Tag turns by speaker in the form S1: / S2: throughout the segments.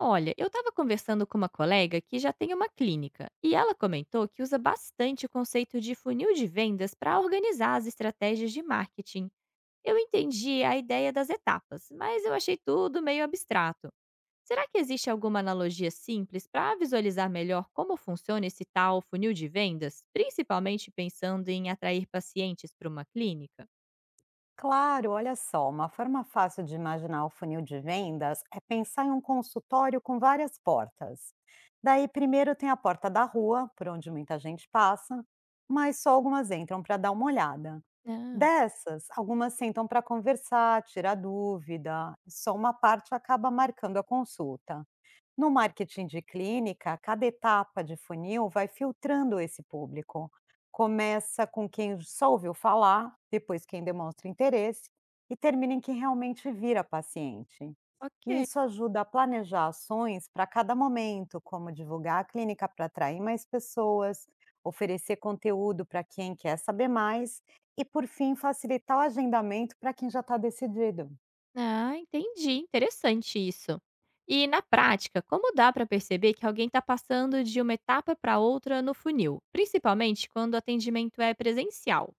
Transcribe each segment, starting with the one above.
S1: Olha, eu estava conversando com uma colega que já tem uma clínica e ela comentou que usa bastante o conceito de funil de vendas para organizar as estratégias de marketing. Eu entendi a ideia das etapas, mas eu achei tudo meio abstrato. Será que existe alguma analogia simples para visualizar melhor como funciona esse tal funil de vendas, principalmente pensando em atrair pacientes para uma clínica?
S2: Claro, olha só, uma forma fácil de imaginar o funil de vendas é pensar em um consultório com várias portas. Daí, primeiro tem a porta da rua, por onde muita gente passa, mas só algumas entram para dar uma olhada.
S1: Ah,
S2: Dessas, algumas sentam para conversar, tirar dúvida, só uma parte acaba marcando a consulta. No marketing de clínica, cada etapa de funil vai filtrando esse público. Começa com quem só ouviu falar, depois quem demonstra interesse e termina em quem realmente vira paciente. E
S1: ok.
S2: isso ajuda a planejar ações para cada momento, como divulgar a clínica para atrair mais pessoas, oferecer conteúdo para quem quer saber mais e, por fim, facilitar o agendamento para quem já está decidido.
S1: Ah, entendi. Interessante isso. E na prática, como dá para perceber que alguém está passando de uma etapa para outra no funil, principalmente quando o atendimento é presencial?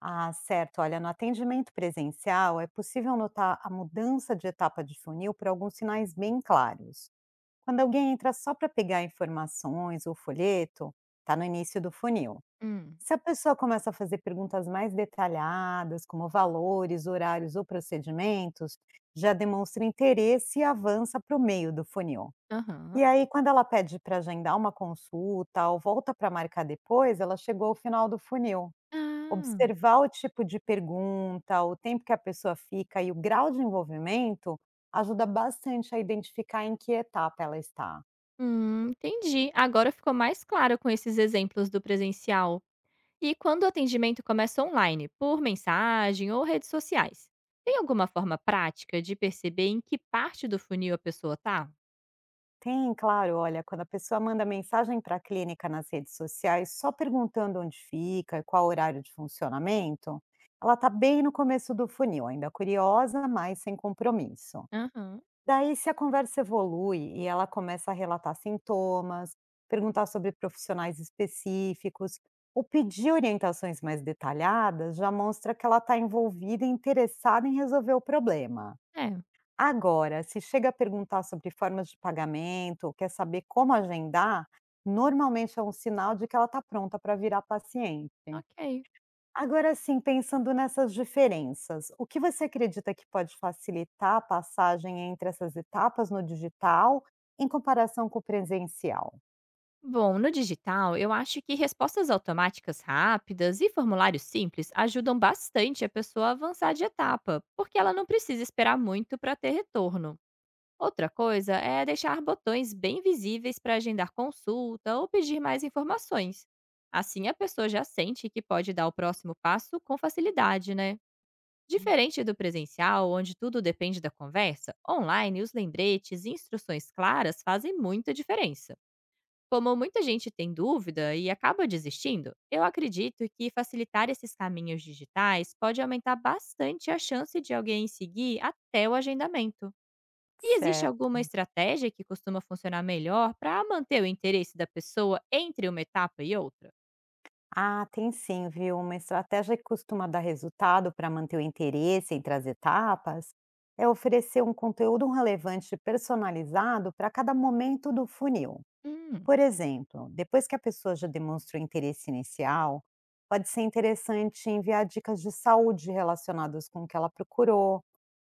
S2: Ah, certo. Olha, no atendimento presencial é possível notar a mudança de etapa de funil por alguns sinais bem claros. Quando alguém entra só para pegar informações ou folheto, está no início do funil.
S1: Hum.
S2: Se a pessoa começa a fazer perguntas mais detalhadas, como valores, horários ou procedimentos, já demonstra interesse e avança para o meio do funil.
S1: Aham.
S2: E aí, quando ela pede para agendar uma consulta ou volta para marcar depois, ela chegou ao final do funil.
S1: Ah,
S2: Observar o tipo de pergunta, o tempo que a pessoa fica e o grau de envolvimento, ajuda bastante a identificar em que etapa ela está.
S1: entendi. Agora ficou mais claro com esses exemplos do presencial. E quando o atendimento começa online, por mensagem ou redes sociais, tem alguma forma prática de perceber em que parte do funil a pessoa tá?
S2: Tem, claro, olha, quando a pessoa manda mensagem para a clínica nas redes sociais só perguntando onde fica e qual o horário de funcionamento, ela está bem no começo do funil, ainda curiosa, mas sem compromisso.
S1: Aham,
S2: Daí, se a conversa evolui e ela começa a relatar sintomas, perguntar sobre profissionais específicos, ou pedir orientações mais detalhadas, já mostra que ela está envolvida e interessada em resolver o problema.
S1: é,
S2: Agora, se chega a perguntar sobre formas de pagamento, ou quer saber como agendar, normalmente é um sinal de que ela está pronta para virar paciente.
S1: ok.
S2: Agora assim, pensando nessas diferenças, o que você acredita que pode facilitar a passagem entre essas etapas no digital, em comparação com o presencial?
S1: Bom, no digital, eu acho que respostas automáticas rápidas e formulários simples ajudam bastante a pessoa a avançar de etapa, porque ela não precisa esperar muito para ter retorno. Outra coisa é deixar botões bem visíveis para agendar consulta ou pedir mais informações. Assim, a pessoa já sente que pode dar o próximo passo com facilidade, né?
S2: Hum,
S1: Diferente do presencial, onde tudo depende da conversa, online os lembretes e instruções claras fazem muita diferença. Como muita gente tem dúvida e acaba desistindo, eu acredito que facilitar esses caminhos digitais pode aumentar bastante a chance de alguém seguir até o agendamento. E existe
S2: Certo.
S1: alguma estratégia que costuma funcionar melhor para manter o interesse da pessoa entre uma etapa e outra?
S2: Ah, tem sim, viu? Uma estratégia que costuma dar resultado para manter o interesse entre as etapas é oferecer um conteúdo relevante personalizado para cada momento do funil.
S1: Hum,
S2: Por exemplo, depois que a pessoa já demonstra o interesse inicial, pode ser interessante enviar dicas de saúde relacionadas com o que ela procurou,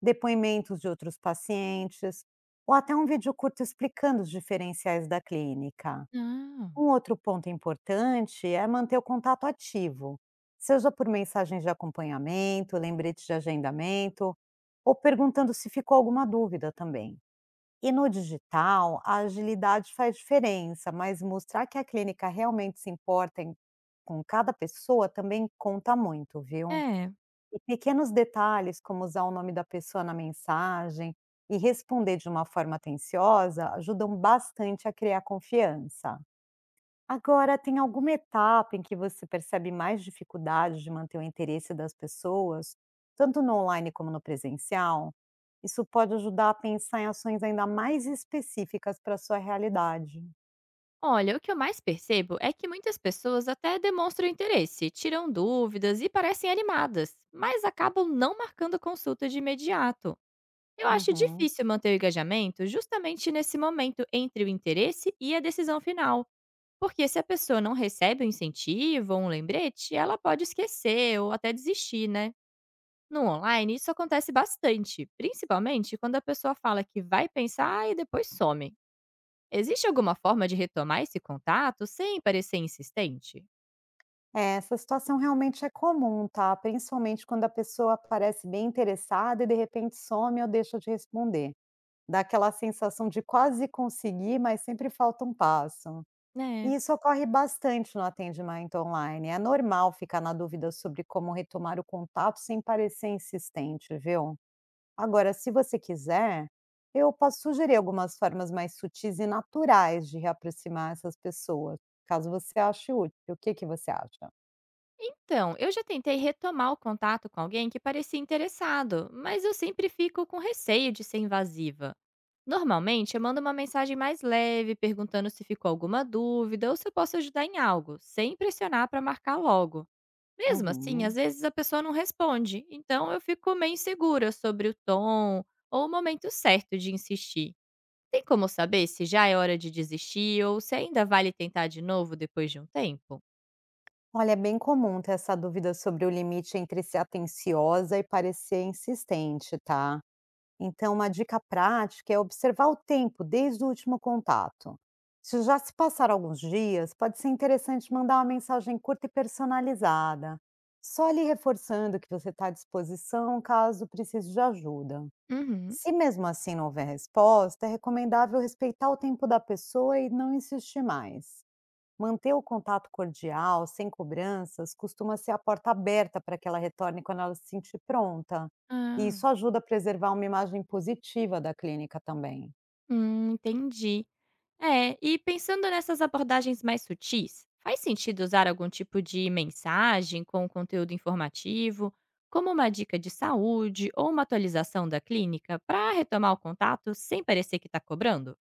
S2: depoimentos de outros pacientes, ou até um vídeo curto explicando os diferenciais da clínica.
S1: não.
S2: Um outro ponto importante é manter o contato ativo, seja por mensagens de acompanhamento, lembrete de agendamento, ou perguntando se ficou alguma dúvida também. E no digital, a agilidade faz diferença, mas mostrar que a clínica realmente se com cada pessoa também conta muito, viu?
S1: É.
S2: E pequenos detalhes, como usar o nome da pessoa na mensagem e responder de uma forma atenciosa, ajudam bastante a criar confiança. Agora, tem alguma etapa em que você percebe mais dificuldade de manter o interesse das pessoas, tanto no online como no presencial? Isso pode ajudar a pensar em ações ainda mais específicas para a sua realidade.
S1: Olha, o que eu mais percebo é que muitas pessoas até demonstram interesse, tiram dúvidas e parecem animadas, mas acabam não marcando consulta de imediato. Eu acho
S2: Uhum.
S1: difícil manter o engajamento justamente nesse momento entre o interesse e a decisão final. Porque se a pessoa não recebe um incentivo ou um lembrete, ela pode esquecer ou até desistir, né? No online, isso acontece bastante, principalmente quando a pessoa fala que vai pensar e depois some. Existe alguma forma de retomar esse contato sem parecer insistente?
S2: É, essa situação realmente é comum, tá? Principalmente quando a pessoa parece bem interessada e de repente some ou deixa de responder. Dá aquela sensação de quase conseguir, mas sempre falta um passo. E
S1: É.
S2: isso ocorre bastante no atendimento online. É normal ficar na dúvida sobre como retomar o contato sem parecer insistente, viu? Agora, se você quiser, eu posso sugerir algumas formas mais sutis e naturais de reaproximar essas pessoas, caso você ache útil. O que que você acha?
S1: Então, eu já tentei retomar o contato com alguém que parecia interessado, mas eu sempre fico com receio de ser invasiva. Normalmente, eu mando uma mensagem mais leve, perguntando se ficou alguma dúvida ou se eu posso ajudar em algo, sem pressionar para marcar logo. Mesmo assim, às
S2: Uhum.
S1: vezes a pessoa não responde, então eu fico meio insegura sobre o tom ou o momento certo de insistir. Tem como saber se já é hora de desistir ou se ainda vale tentar de novo depois de um tempo?
S2: Olha, é bem comum ter essa dúvida sobre o limite entre ser atenciosa e parecer insistente, tá? Então, uma dica prática é observar o tempo desde o último contato. Se já se passaram alguns dias, pode ser interessante mandar uma mensagem curta e personalizada, só lhe reforçando que você está à disposição caso precise de ajuda.
S1: Uhum.
S2: Se mesmo assim não houver resposta, é recomendável respeitar o tempo da pessoa e não insistir mais. Manter o contato cordial, sem cobranças, costuma ser a porta aberta para que ela retorne quando ela se sentir pronta. E
S1: Ah,
S2: isso ajuda a preservar uma imagem positiva da clínica também.
S1: hum, entendi. É, e pensando nessas abordagens mais sutis, faz sentido usar algum tipo de mensagem com conteúdo informativo, como uma dica de saúde ou uma atualização da clínica, para retomar o contato sem parecer que está cobrando?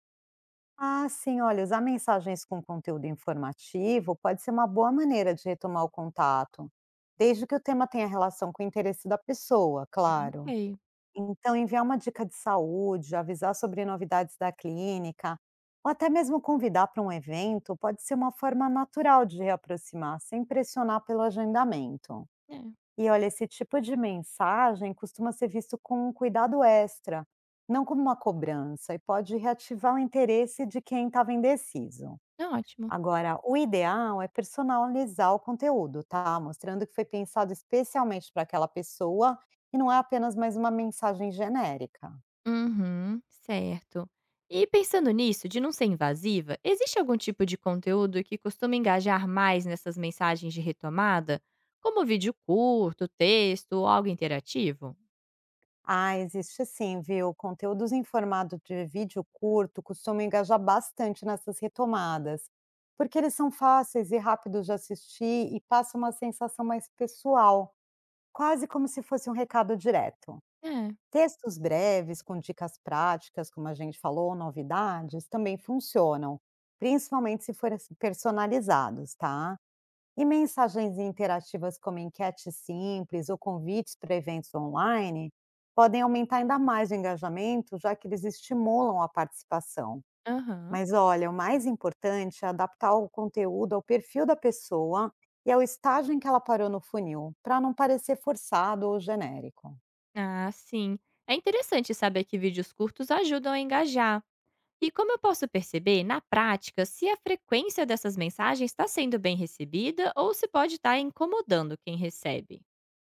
S2: Ah, sim, olha, usar mensagens com conteúdo informativo pode ser uma boa maneira de retomar o contato, desde que o tema tenha relação com o interesse da pessoa, claro.
S1: Ok,
S2: Então, enviar uma dica de saúde, avisar sobre novidades da clínica, ou até mesmo convidar para um evento, pode ser uma forma natural de reaproximar, sem pressionar pelo agendamento.
S1: é,
S2: E olha, esse tipo de mensagem costuma ser visto com um cuidado extra, não como uma cobrança, e pode reativar o interesse de quem estava indeciso.
S1: é ótimo.
S2: Agora, o ideal é personalizar o conteúdo, tá? Mostrando que foi pensado especialmente para aquela pessoa e não é apenas mais uma mensagem genérica.
S1: Uhum, certo. E pensando nisso, de não ser invasiva, existe algum tipo de conteúdo que costuma engajar mais nessas mensagens de retomada, como vídeo curto, texto ou algo interativo?
S2: Ah, existe sim, viu? Conteúdos em formato de vídeo curto costumam engajar bastante nessas retomadas, porque eles são fáceis e rápidos de assistir e passam uma sensação mais pessoal, quase como se fosse um recado direto.
S1: É.
S2: Textos breves com dicas práticas, como a gente falou, novidades, também funcionam, principalmente se forem assim, personalizados, tá? E mensagens interativas como enquetes simples ou convites para eventos online podem aumentar ainda mais o engajamento, já que eles estimulam a participação.
S1: Aham.
S2: Mas olha, o mais importante é adaptar o conteúdo ao perfil da pessoa e ao estágio em que ela parou no funil, para não parecer forçado ou genérico.
S1: Ah, sim. É interessante saber que vídeos curtos ajudam a engajar. E como eu posso perceber, na prática, se a frequência dessas mensagens está sendo bem recebida ou se pode estar incomodando quem recebe?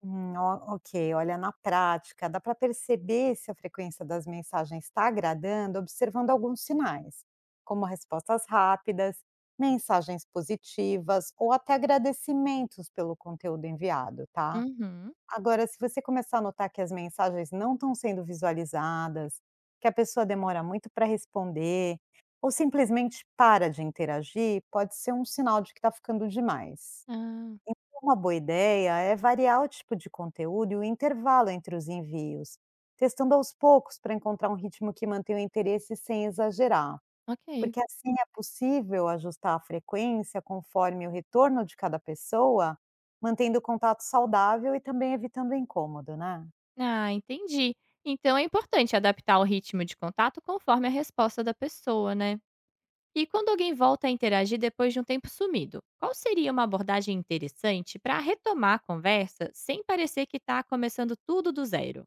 S2: O Ok. Olha, na prática, dá para perceber se a frequência das mensagens está agradando, observando alguns sinais, como respostas rápidas, mensagens positivas ou até agradecimentos pelo conteúdo enviado, tá?
S1: Uhum.
S2: Agora, se você começar a notar que as mensagens não estão sendo visualizadas, que a pessoa demora muito para responder ou simplesmente para de interagir, pode ser um sinal de que está ficando demais.
S1: Ah,
S2: Uma boa ideia é variar o tipo de conteúdo e o intervalo entre os envios, testando aos poucos para encontrar um ritmo que mantenha o interesse sem exagerar,
S1: ok.
S2: porque assim é possível ajustar a frequência conforme o retorno de cada pessoa, mantendo o contato saudável e também evitando o incômodo, né?
S1: Ah, entendi. Então é importante adaptar o ritmo de contato conforme a resposta da pessoa, né? E quando alguém volta a interagir depois de um tempo sumido, qual seria uma abordagem interessante para retomar a conversa sem parecer que está começando tudo do zero?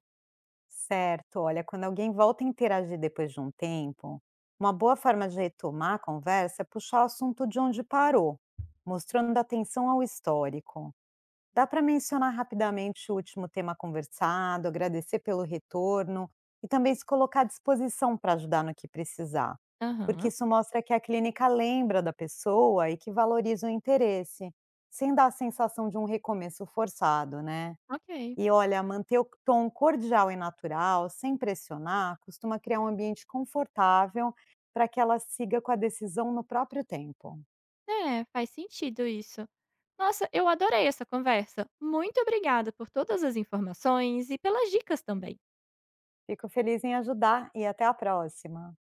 S2: Certo, olha, quando alguém volta a interagir depois de um tempo, uma boa forma de retomar a conversa é puxar o assunto de onde parou, mostrando atenção ao histórico. Dá para mencionar rapidamente o último tema conversado, agradecer pelo retorno e também se colocar à disposição para ajudar no que precisar, porque
S1: Aham,
S2: isso mostra que a clínica lembra da pessoa e que valoriza o interesse, sem dar a sensação de um recomeço forçado, né?
S1: ok.
S2: E olha, manter o tom cordial e natural, sem pressionar, costuma criar um ambiente confortável para que ela siga com a decisão no próprio tempo.
S1: É, faz sentido isso. Nossa, eu adorei essa conversa. Muito obrigada por todas as informações e pelas dicas também.
S2: Fico feliz em ajudar e até a próxima.